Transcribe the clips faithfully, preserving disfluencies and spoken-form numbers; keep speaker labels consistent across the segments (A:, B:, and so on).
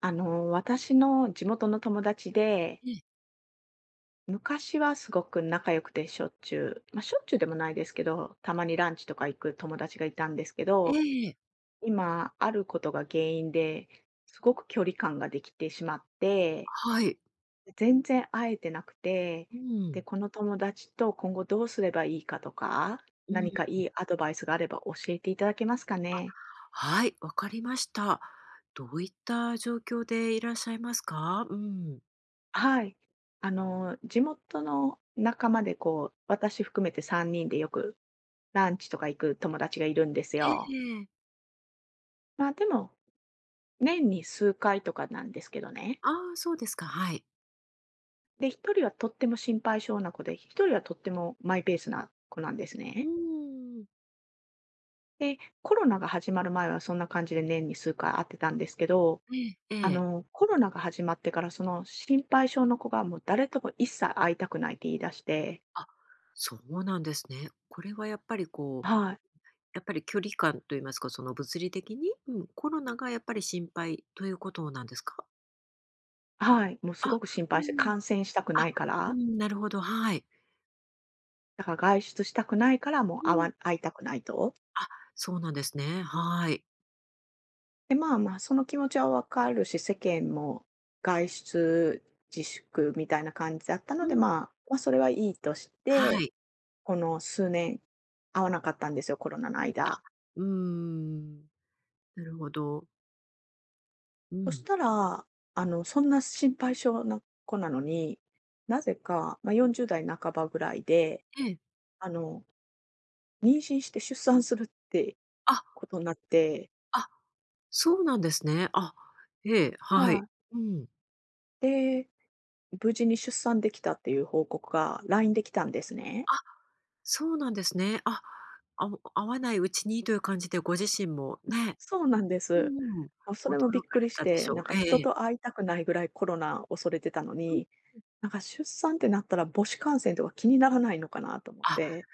A: あの、私の地元の友達で、
B: ええ、
A: 昔はすごく仲良くてしょっちゅう、まあ、しょっちゅうでもないですけど、たまにランチとか行く友達がいたんですけ
B: え
A: ど、
B: え、
A: 今、あることが原因で、すごく距離感ができてしまって、
B: はい。
A: 全然会えてなくて、
B: う
A: で、
B: ん、
A: この友達と今後どうすればいいかとか、
B: う
A: 何か
B: ん。
A: いいアドバイスがあれば教えていただけますかね？
B: はい、わかりました。どういった状況でいらっしゃいますか？うん。
A: はい。あの、地元の仲間でこう、私含めてさんにんでよくランチとか行く友達がいるんです
B: え
A: よ。
B: え。
A: まあでも、年に数回とかなんですけどね。
B: ああ、そうですか、はい。
A: で、一人はとっても心配性な子で、一人はとってもマイペースな子なんです
B: う
A: ね。
B: ーん。
A: で、コロナが始まる前はそんな感じで年に数回会ってたんですけど、
B: えええ
A: あ
B: え。
A: の、コロナが始まってからその心配性の子がもう誰とも一切会いたくないって言い出して、
B: あ、そうなんですね。これはやっぱりこう、
A: はい、
B: やっぱり距離感と言いますか、その物理的に、うん、コロナがやっぱり心配ということなんですか？
A: はい、もうす
B: あ、
A: ごく心
B: う
A: 配して、
B: ん。
A: 感染したく
B: あ、
A: ないか
B: う
A: ら、
B: ん、なるほど、はい。
A: だから外出したくないからもう
B: う
A: 会
B: ん。
A: わ会いたくないと。
B: あ、そうなんですね。はい。
A: で、まあまあ、その気持ちはわかるし、世間も外出自粛みたいな感じだったの
B: う
A: で、
B: ん。
A: まあ、まあ、それはいいとし
B: は
A: て、
B: い。
A: この数年会わなかったんですよ、コロナの
B: うん、あ、
A: 間。
B: うーん、なるほど。う
A: そし
B: ん。
A: たら、あの、そんな心配性な子なのに、なぜか、まあ、よんじゅう代半ばぐらいで、
B: ええ。
A: あの、妊娠して出産するって
B: あ、
A: ことになって
B: あ、そうなんですね。あ、ええ、は
A: は
B: い。
A: い。
B: うん。
A: で、無事に出産できたっていう報告が ライン で来たんですね。
B: あ、そうなんですね。あ、あ、会わないうちにという感じでご自身もね、
A: そうなんで
B: う
A: す。
B: んうん、驚
A: あ、それもびっ
B: か
A: く
B: れ
A: りし
B: たでし
A: て、
B: ょう。
A: なんか
B: ええ
A: 人
B: ええ。
A: と会いたくないぐらいコロナ恐れてたの
B: うん
A: に、
B: うん。
A: なんか出産ってなったら母子感染とか気にならないのかなと思っ
B: あ、
A: て、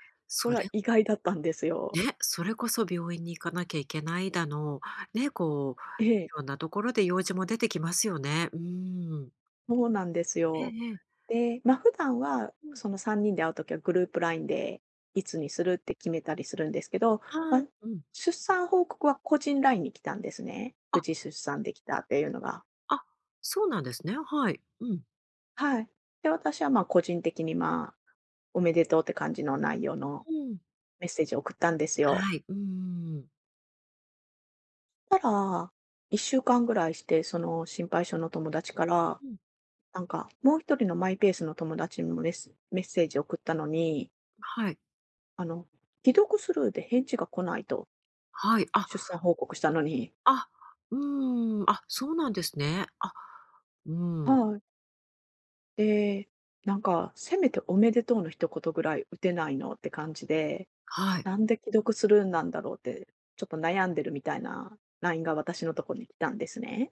A: こ
B: それ、
A: れは意外だったんですよ。
B: ね、それこそ病院に行かなきゃいけないだの、ね、こ
A: え
B: う、い
A: え、
B: ろんなところで用事も出てきますよね。うーん。
A: そうなんです
B: え
A: よ。
B: えええ。
A: で、ま、普段は
B: うん。
A: そのさんにんで会うときはグループラインでいつにするって決めたりするんですけど、
B: あ
A: まあ、
B: あ、うん。
A: 出産報告は個人ラインに来たんですね。無
B: あ
A: 事出産できたっていうのが。
B: あ、そうなんですね。はい。うん。
A: はい。で、私はま、個人的にまおめでとうって感じの内容の
B: うん。
A: メッセージを送ったんですよ。
B: はい。うーん。
A: たら、いっしゅうかんぐらいして、その心配性の友達から、
B: うん。
A: なんか、もう一人のマイペースの友達にもメスメッセージを送ったのに、
B: はい。
A: あの、既読スルーで返事が来ないと、
B: はい。あ、
A: 出産報告したのに。
B: あ、うーん。あ、そうなんですね。あ、うん。
A: はい。で、なんか、せめておめでとうの一言ぐらい打てないのって感じで、
B: はい。
A: なんで既読スルーなんだろうって、ちょっと悩んでるみたいな ライン が私のところに来たんですね。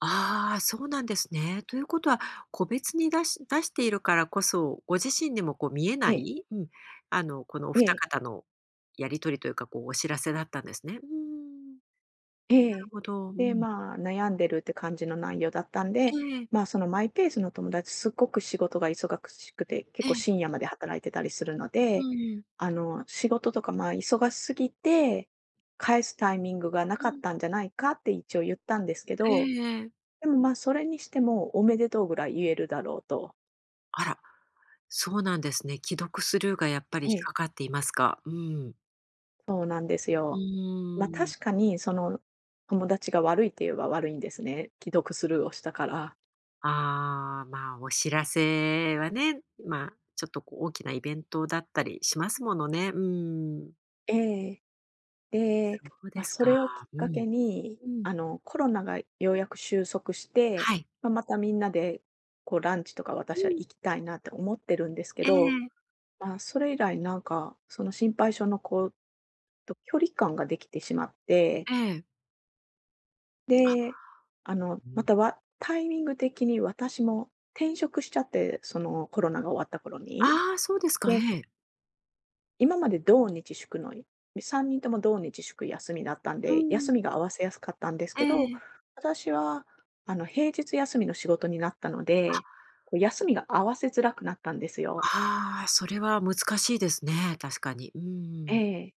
B: ああ、そうなんですね。ということは、個別に出し出しているからこそ、ご自身でもこう見え
A: え
B: な
A: え。
B: い、うん、あの、このお二
A: ええ
B: 方のやり取りというか、こうお知らせだったんですね。うーん、な
A: え
B: る
A: え。
B: ほど。う
A: で、
B: ん。
A: まあ、悩んでるって感じの内容だったんで、
B: ええ、
A: まあ、そのマイペースの友達、すっごく仕事が忙しくて、結
B: え
A: 構
B: え、
A: 深夜まで働いてたりするの
B: う
A: で、
B: ん、
A: あの、仕事とか、まあ、忙しすぎて、返すタイミングがな
B: う
A: かっ
B: ん、
A: たんじゃないかって一応言ったんですけ
B: え
A: ど、
B: えええ。
A: でも、まあ、それにしても、おめでとうぐらい言えるだろうと。
B: あら、そうなんですね。既読スルーがやっぱり
A: え
B: 引っ
A: え。
B: かかっていますか？うん。
A: そうなんです
B: う
A: よ。まあ、
B: ーん。
A: 確かに、その、友達が悪いって言えば悪いんですね。既読スルーをしたから。
B: ああ、まあ、お知らせはね、まあ、ちょっとこう大きなイベントだったりしますものね。うん。
A: ええ。で、
B: そう
A: ま
B: で
A: あ、
B: す
A: そ
B: か。
A: れをきっ
B: う
A: か
B: ん。
A: けに、
B: うん。
A: あの、コロナがようやく収束して、
B: はい。
A: まあ、またみんなで、こう、ランチとか
B: う
A: 私は
B: ん。
A: 行きたいなって思ってるんですけ
B: ええ、
A: ど、まあ、それ以来なんか、その心配性の子と距離感ができてしまって、
B: ええ。
A: で、あの、
B: う
A: ま
B: ん。
A: た、わタイミング的に私も転職しちゃって、そのコロナが終わった頃に。
B: ああ、そうですか。
A: で、
B: ええ。
A: 今まで土日祝の、いさんにんとも土日祝休みだったん
B: う
A: で、休
B: ん。
A: みが合わせやすかったんです
B: え
A: けど、
B: え。
A: 私はあの、平日休みの仕事になったので、こう休みが合わせづらくなったんですよ。
B: ああ、それは難しいですね、確かに。うー
A: え
B: ん。
A: え。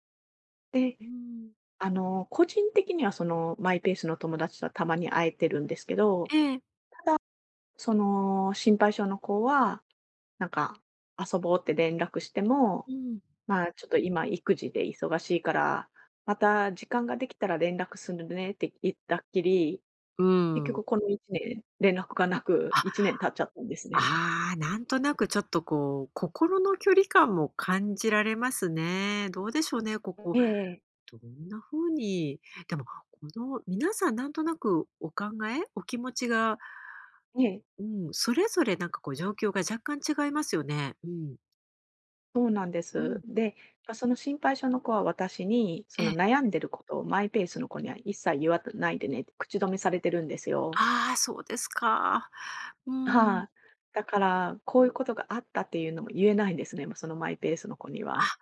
A: で、
B: うん。
A: あの、個人的にはそのマイペースの友達とはたまに会えてるんですけど、
B: ええ。
A: その心配性の子は、なんか遊ぼうって連絡しても、
B: うん。
A: まあ、ちょっと今育児で忙しいから、また時間ができたら連絡するねって言ったっきり、
B: う
A: 結
B: ん。
A: 局このいちねん連絡がなくいちねん経っちゃったんですね。
B: ああ、なんとなくちょっとこう、心の距離感も感じられますね。どうでしょうね、こ
A: え
B: こ。
A: え、
B: どんな風に、でも、この皆さんなんとなくお考え、お気持ちが、
A: ええ、
B: うん、それぞれなんかこう状況が若干違いますよね。うん。
A: そうなんで
B: う
A: す。
B: ん。
A: で、まあ、その心配性の子は私に、そ
B: え
A: の
B: え。
A: 悩んでることをマイペースの子には一切言わないでねって口止めされてるんですよ。
B: ああ、そうですか。うん。
A: はい。だから、こういうことがあったっていうのも言えないんですね、もそのマイペースの子には。
B: あ、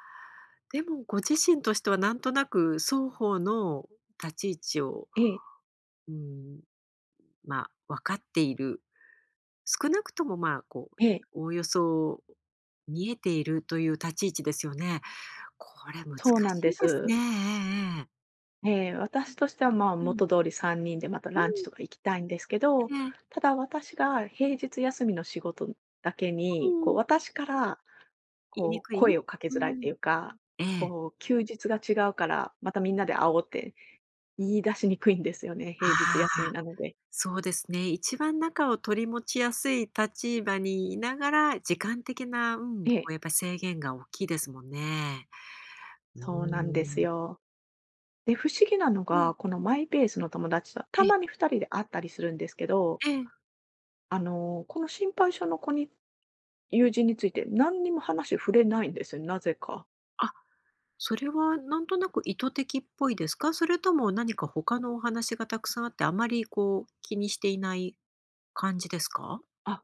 B: でもご自身としてはなんとなく双方の立ち位置を、
A: ええ、
B: うん、まあ、分かっている少なくとも、まあ、こう、
A: ええ、
B: おおよそ見えているという立ち位置ですよね。これ難
A: そうなん
B: し
A: で
B: いですね。
A: す。
B: ええええええ。
A: ええ、私としては、まあ、
B: うん。
A: 元通りさんにんでまた
B: う
A: ランチ
B: ん、
A: とか行きたいんですけど、
B: ええ、
A: ただ私が平日休みの仕事だけ
B: う
A: に、こう
B: ん。
A: 私から
B: 言いに
A: こう
B: くい？
A: 声をかけづ
B: う
A: らいと
B: ん。
A: いうか、
B: ええ。
A: こう休日が違うから、またみんなで会おうって言い出しにくいんですよね、平日
B: あ
A: 休
B: あ、
A: みなので。
B: そうですね。一番中を取り持ちやすい立場にいながら、時間的な、うん、こ
A: ええ、
B: うやっぱり制限が大きいですもんね。うー
A: そうなんです
B: ん。
A: よ。で、不思議なの
B: うん。
A: が、このマイペースの友達とた
B: え
A: まに
B: え
A: ふたりで会ったりするんですけど、
B: ええ。
A: あの、この心配性の子に友人について何にも話触れないんですよ、なぜか。
B: あ、それはなんとなく意図的っぽいですか？それとも何か他のお話がたくさんあって、あまりこう気にしていない感じですか？
A: あ、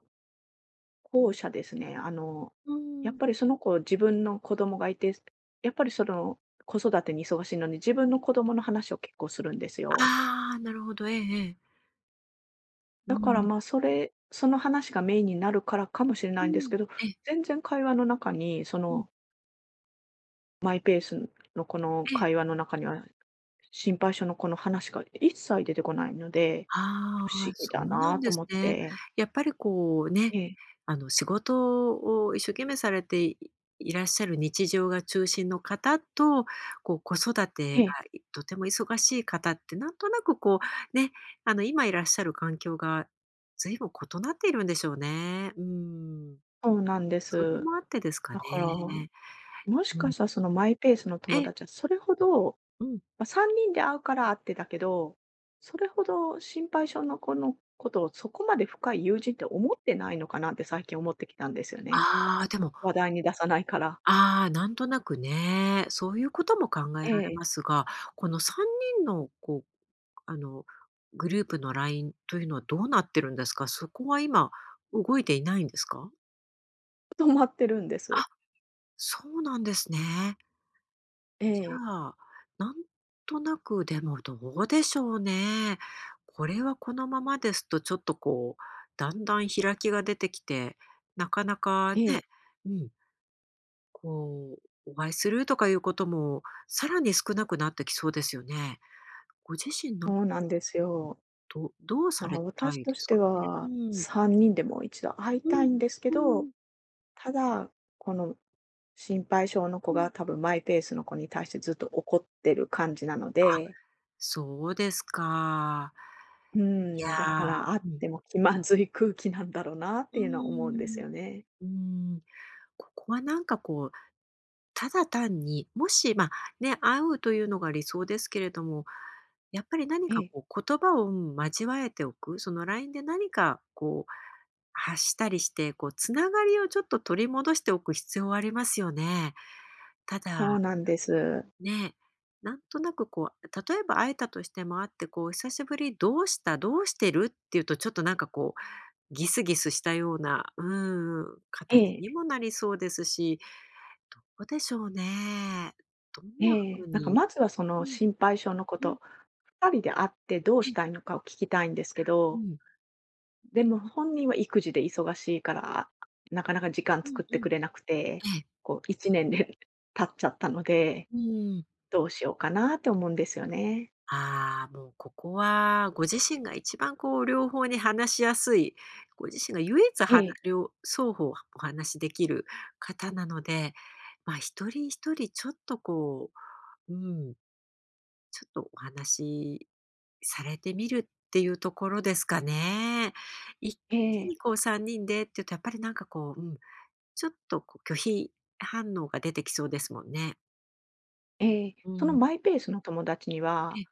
A: 後者ですね。あの、
B: う
A: やっ
B: ん。
A: ぱりその子、自分の子供がいて、やっぱりその子育てに忙しいのに、自分の子供の話を結構するんですよ。
B: ああ、なるほど。ええええ。う
A: だから
B: ん。
A: まあ、それその話がメインになるからかもしれな
B: う
A: いんです
B: ん。
A: けど、
B: ええ。
A: 全然会話の中に、そ
B: うん。
A: のマイペースのこの
B: ええ、
A: 会話の中には、心配性の子の話が一切出てこないので、
B: あ
A: 不
B: あ、
A: 思議
B: そ
A: だ
B: うな
A: な
B: ん
A: ぁと
B: です
A: 思っ
B: ね。
A: て。
B: やっぱりこう
A: え
B: ね、
A: え、
B: あの仕事を一生懸命されていいらっしゃる日常が中心の方と、こう子育て
A: え
B: が
A: え。
B: いとても忙しい方ってなんとなくこうね、あの今いらっしゃる環境が随分異なっているんでしょうね。うん。
A: そうなんで
B: それ
A: す。
B: もあってですか
A: だから、
B: ね。
A: もし
B: う
A: か
B: ん。
A: したらそのマイペースの友
B: え、
A: 達はそれほど、
B: うん。
A: まあ、さんにんで会うから会ってたけど、それほど心配性の子のことをそこまで深い友人って思ってないのかなって最近思ってきたんですよね。
B: ああ、でも
A: 話題に出さないから。
B: ああ、なんとなくね、そういうことも考え
A: え
B: られ
A: え、
B: ますが、このさんにんのこう、あの、グループのラインというのはどうなってるんですか？そこは今動いていないんですか？
A: 止まってるんです。
B: あ、そうなんですね。
A: え
B: じ
A: え、
B: ゃあ、なんとなくでもどうでしょうね。これはこのままですとちょっとこう、だんだん開きが出てきて、なかなか
A: え
B: ね、
A: え。
B: うん、こう、お会いするとかいうことも、さらに少なくなってきそうですよね。ご自身な
A: そ
B: んか、
A: うなんですよ。
B: どどうさ
A: まあ、
B: れた
A: 私
B: いで
A: とし
B: す
A: て
B: かね？
A: は
B: うん。
A: さんにんでも一度会い
B: う
A: たい
B: ん。
A: んですけ
B: う
A: ど、
B: ん。
A: ただ、この心配性の子
B: う
A: が
B: ん。
A: 多分マイペースの子に対してずっと怒ってる感じなの
B: あ、
A: で、
B: そうですか。
A: うー
B: いや、
A: ん、だから会っ
B: うん。
A: ても気まずい空気なんだろうなっ
B: う
A: て
B: ー
A: いうのは思うんです
B: ん。
A: よね。
B: うーん。ここはなんかこう、ただ単に、もし、ま、ね、会うというのが理想ですけれども、やっぱり何
A: え
B: か
A: え、
B: こう言葉を、うん、交えておく、そのラインで何かこう発したりして、こうつながりをちょっと取り戻しておく必要はありますよね。た
A: そ
B: だ、
A: うなんです。
B: ね、なんとなくこう、例えば会えたとしても会って、こう「久しぶり、どうした？どうしてる？」って言うとちょっとなんかこうギスギスしたような、うん、形
A: え
B: に
A: え、
B: もなりそうですし、どうでしょうね。どんな
A: ええ。
B: 風
A: なんか
B: に、
A: まずはその
B: うん、
A: 心配性の子
B: うん、
A: とふたりで会ってどう
B: え
A: し
B: え、
A: たいのかを聞きたいんですけ
B: う
A: ど、
B: ん、
A: でも本人は育児で忙しいから、なかなか時間
B: うん
A: 作っ
B: う
A: て
B: ん、
A: くれなくて、
B: ええ、
A: こういちねんで 経っちゃったので、
B: うーん。
A: どうしようかなって思うんですよね。
B: ああ、もうここはご自身が一番こう両方に話しやすい、ご自身が唯一
A: え
B: はな
A: え、
B: りょう双方お話しできる方なので、まあ、一人一人ちょっとこう、うん、ちょっとお話されてみるっていうところですかね。一
A: え
B: 気
A: え、
B: にこうさんにんでっていうとやっぱりなんかこう、うん、ちょっとこう拒否反応が出てきそうですもんね。
A: ええ。
B: う
A: その
B: ん。
A: マイペースの友達に
B: え
A: は、
B: え。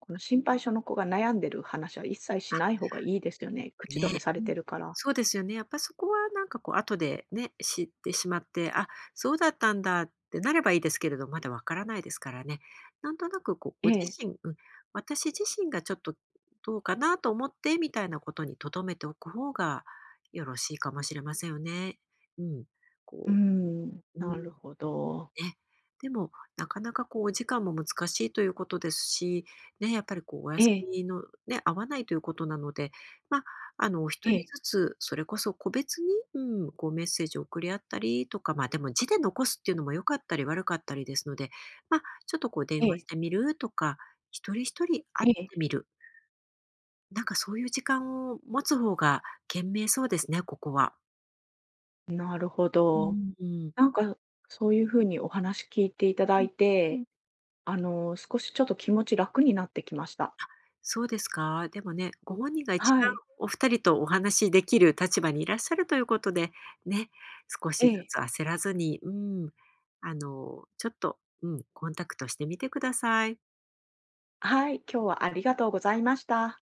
A: この心配性の子が悩んでる話は一切し
B: あ、
A: ない方がいいですよね。口止め
B: ね。
A: され
B: う
A: て
B: ん。
A: るから。
B: そうですよね。やっぱそこはなんかこう後でね、知ってしまって、あ、そうだったんだってなればいいですけれど、まだわからないですからね。なんとなくこうご
A: え
B: 自
A: え。
B: 身うん、私自身がちょっとどうかなと思ってみたいなことに留めておく方がよろしいかもしれませんよね。うん。
A: うー
B: こ
A: ん、
B: う、う
A: な
B: ん。
A: るほど。
B: ね。でも、なかなかこうお時間も難しいということですし、ね、やっぱりこうお
A: え
B: 休
A: え、
B: みのね、合わないということなので、まあ、あの、お一
A: え
B: 人
A: え、
B: ずつ、それこそ個別に、うん、こうメッセージを送り合ったりとか、まあ、でも字で残すっていうのも良かったり悪かったりですので、まあ、ちょっとこう電
A: え
B: 話し
A: え、
B: てみるとか、一人一人会っ
A: ええ。
B: てみる。なんかそういう時間を持つ方が賢明そうですね、ここは。
A: なるほ
B: う
A: ど。
B: んうん。
A: なんか、そういう風にお話聞いていただ
B: え。
A: いて、あの、少しちょっと気持ち楽になってきました。
B: そうですか。でもね、ご本人が一
A: は
B: 番
A: い、
B: お二人とお話しできる立場にいらっしゃるということで、ね、少
A: え
B: しず
A: え。
B: つ焦らずに、うん、あの、ちょっと、うん、コンタクトしてみてください。
A: はい、今日はありがとうございました。